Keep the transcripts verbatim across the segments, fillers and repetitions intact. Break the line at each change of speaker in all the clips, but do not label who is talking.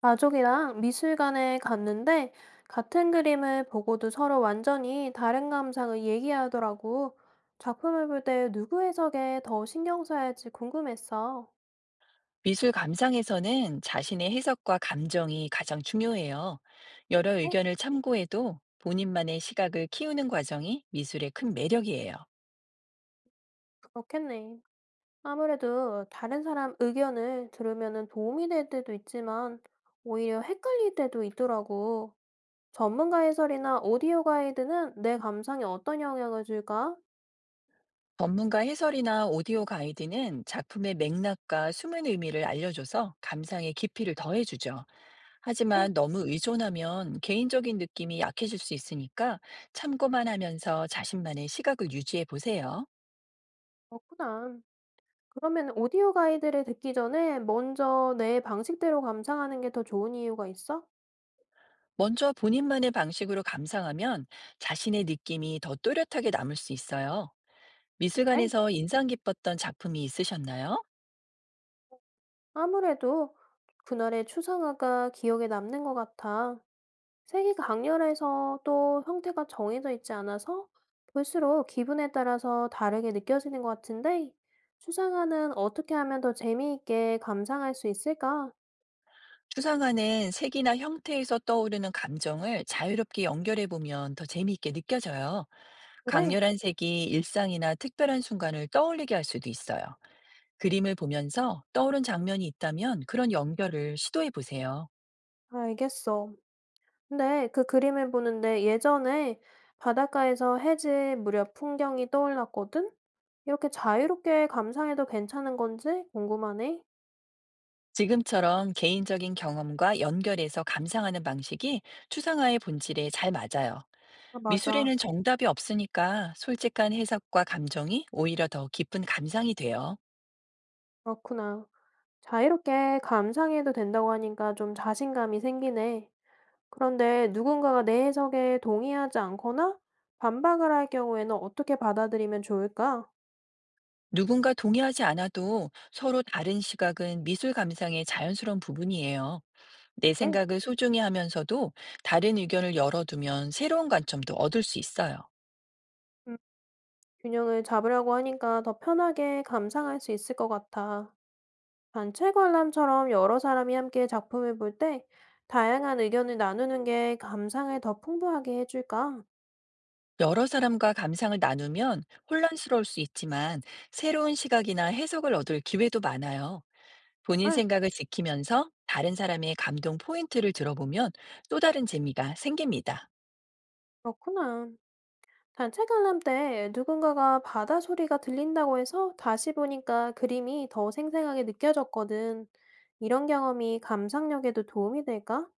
가족이랑 미술관에 갔는데 같은 그림을 보고도 서로 완전히 다른 감상을 얘기하더라고. 작품을 볼 때 누구 해석에 더 신경 써야지 궁금했어.
미술 감상에서는 자신의 해석과 감정이 가장 중요해요. 여러
에?
의견을 참고해도 본인만의 시각을 키우는 과정이 미술의 큰 매력이에요.
그렇겠네. 아무래도 다른 사람 의견을 들으면 도움이 될 때도 있지만 오히려 헷갈릴 때도 있더라고. 전문가 해설이나 오디오 가이드는 내 감상에 어떤 영향을 줄까?
전문가 해설이나 오디오 가이드는 작품의 맥락과 숨은 의미를 알려줘서 감상의 깊이를 더해주죠.
에이,
하지만 너무 의존하면 개인적인 느낌이 약해질 수 있으니까 참고만 하면서 자신만의 시각을 유지해 보세요.
그렇구나. 그러면 오디오 가이드를 듣기 전에 먼저 내 방식대로 감상하는 게 더 좋은 이유가 있어?
먼저 본인만의 방식으로 감상하면 자신의 느낌이 더 또렷하게 남을 수 있어요.
네.
미술관에서 인상 깊었던 작품이 있으셨나요?
아무래도 그날의 추상화가 기억에 남는 것 같아. 색이 강렬해서 또 형태가 정해져 있지 않아서 볼수록 기분에 따라서 다르게 느껴지는 것 같은데, 추상화는 어떻게 하면 더 재미있게 감상할 수 있을까?
추상화는 색이나 형태에서 떠오르는 감정을 자유롭게 연결해 보면 더 재미있게 느껴져요.
그래.
강렬한 색이 일상이나 특별한 순간을 떠올리게 할 수도 있어요. 그림을 보면서 떠오른 장면이 있다면 그런 연결을 시도해 보세요.
알겠어. 네, 그 그림을 보는데 예전에 바닷가에서 해질 무렵 풍경이 떠올랐거든? 이렇게 자유롭게 감상해도 괜찮은 건지 궁금하네.
지금처럼 개인적인 경험과 연결해서 감상하는 방식이 추상화의 본질에 잘 맞아요.
아, 맞아.
미술에는 정답이 없으니까 솔직한 해석과 감정이 오히려 더 깊은 감상이 돼요.
그렇구나. 자유롭게 감상해도 된다고 하니까 좀 자신감이 생기네. 그런데 누군가가 내 해석에 동의하지 않거나 반박을 할 경우에는 어떻게 받아들이면 좋을까?
누군가 동의하지 않아도 서로 다른 시각은 미술 감상의 자연스러운 부분이에요. 내
네.
생각을 소중히 하면서도 다른 의견을 열어두면 새로운 관점도 얻을 수 있어요.
음, 균형을 잡으려고 하니까 더 편하게 감상할 수 있을 것 같아. 단체 관람처럼 여러 사람이 함께 작품을 볼 때 다양한 의견을 나누는 게 감상을 더 풍부하게 해줄까?
여러 사람과 감상을 나누면 혼란스러울 수 있지만 새로운 시각이나 해석을 얻을 기회도 많아요. 본인
아,
생각을 지키면서 다른 사람의 감동 포인트를 들어보면 또 다른 재미가 생깁니다.
그렇구나. 단체 관람 때 누군가가 바다 소리가 들린다고 해서 다시 보니까 그림이 더 생생하게 느껴졌거든. 이런 경험이 감상력에도 도움이 될까?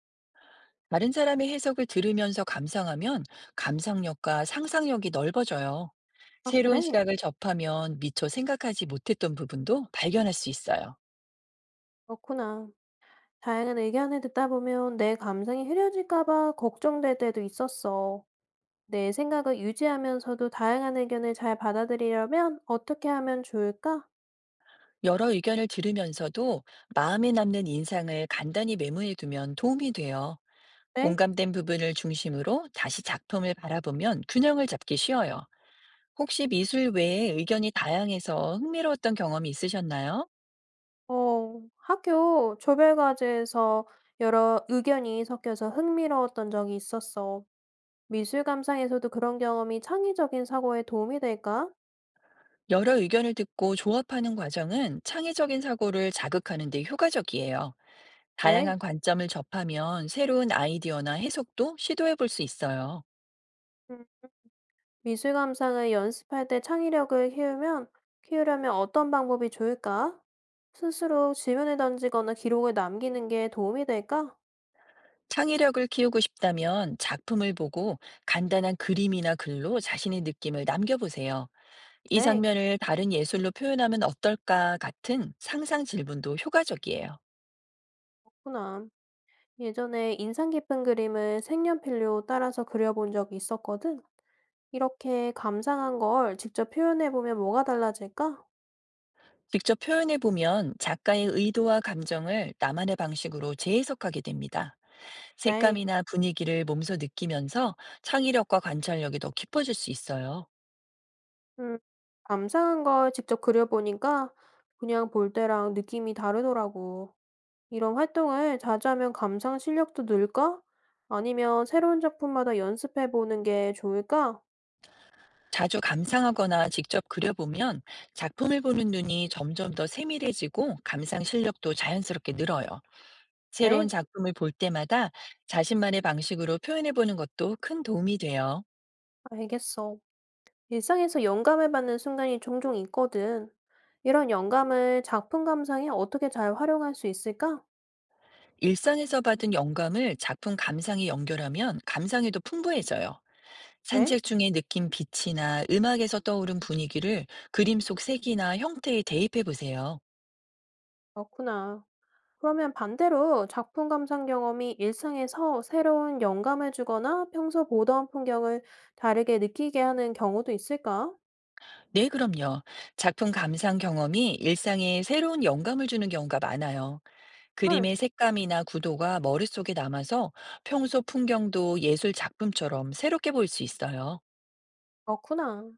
다른 사람의 해석을 들으면서 감상하면 감상력과 상상력이 넓어져요.
아,
새로운
그래.
시각을 접하면 미처 생각하지 못했던 부분도 발견할 수 있어요.
그렇구나. 다양한 의견을 듣다 보면 내 감상이 흐려질까 봐 걱정될 때도 있었어. 내 생각을 유지하면서도 다양한 의견을 잘 받아들이려면 어떻게 하면 좋을까?
여러 의견을 들으면서도 마음에 남는 인상을 간단히 메모해 두면 도움이 돼요.
네?
공감된 부분을 중심으로 다시 작품을 바라보면 균형을 잡기 쉬워요. 혹시 미술 외에 의견이 다양해서 흥미로웠던 경험이 있으셨나요?
어, 학교 조별과제에서 여러 의견이 섞여서 흥미로웠던 적이 있었어. 미술 감상에서도 그런 경험이 창의적인 사고에 도움이 될까?
여러 의견을 듣고 조합하는 과정은 창의적인 사고를 자극하는 데 효과적이에요.
네?
다양한 관점을 접하면 새로운 아이디어나 해석도 시도해 볼 수 있어요.
음, 미술 감상을 연습할 때 창의력을 키우면, 키우려면 어떤 방법이 좋을까? 스스로 질문을 던지거나 기록을 남기는 게 도움이 될까?
창의력을 키우고 싶다면 작품을 보고 간단한 그림이나 글로 자신의 느낌을 남겨보세요. 이
네,
장면을 다른 예술로 표현하면 어떨까 같은 상상 질문도 효과적이에요.
그렇구나. 예전에 인상 깊은 그림을 색연필로 따라서 그려본 적이 있었거든. 이렇게 감상한 걸 직접 표현해보면 뭐가 달라질까?
직접 표현해 보면 작가의 의도와 감정을 나만의 방식으로 재해석하게 됩니다.
네.
색감이나 분위기를 몸소 느끼면서 창의력과 관찰력이 더 깊어질 수 있어요.
음, 감상한 걸 직접 그려보니까 그냥 볼 때랑 느낌이 다르더라고. 이런 활동을 자주 하면 감상 실력도 늘까? 아니면 새로운 작품마다 연습해보는 게 좋을까?
자주 감상하거나 직접 그려보면 작품을 보는 눈이 점점 더 세밀해지고 감상 실력도 자연스럽게 늘어요. 새로운
네,
작품을 볼 때마다 자신만의 방식으로 표현해보는 것도 큰 도움이 돼요.
알겠어. 일상에서 영감을 받는 순간이 종종 있거든. 이런 영감을 작품 감상에 어떻게 잘 활용할 수 있을까?
일상에서 받은 영감을 작품 감상에 연결하면 감상이 더 풍부해져요.
왜?
산책 중에 느낀 빛이나 음악에서 떠오른 분위기를 그림 속 색이나 형태에 대입해 보세요.
그렇구나. 그러면 반대로 작품 감상 경험이 일상에서 새로운 영감을 주거나 평소 보던 풍경을 다르게 느끼게 하는 경우도 있을까?
네, 그럼요. 작품 감상 경험이 일상에 새로운 영감을 주는 경우가 많아요.
응,
그림의 색감이나 구도가 머릿속에 남아서 평소 풍경도 예술 작품처럼 새롭게 보일 수 있어요.
그렇구나.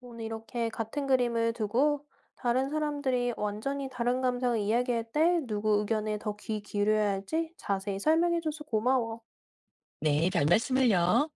오늘 이렇게 같은 그림을 두고 다른 사람들이 완전히 다른 감상을 이야기할 때 누구 의견에 더 귀 기울여야 할지 자세히 설명해줘서 고마워.
네, 별 말씀을요.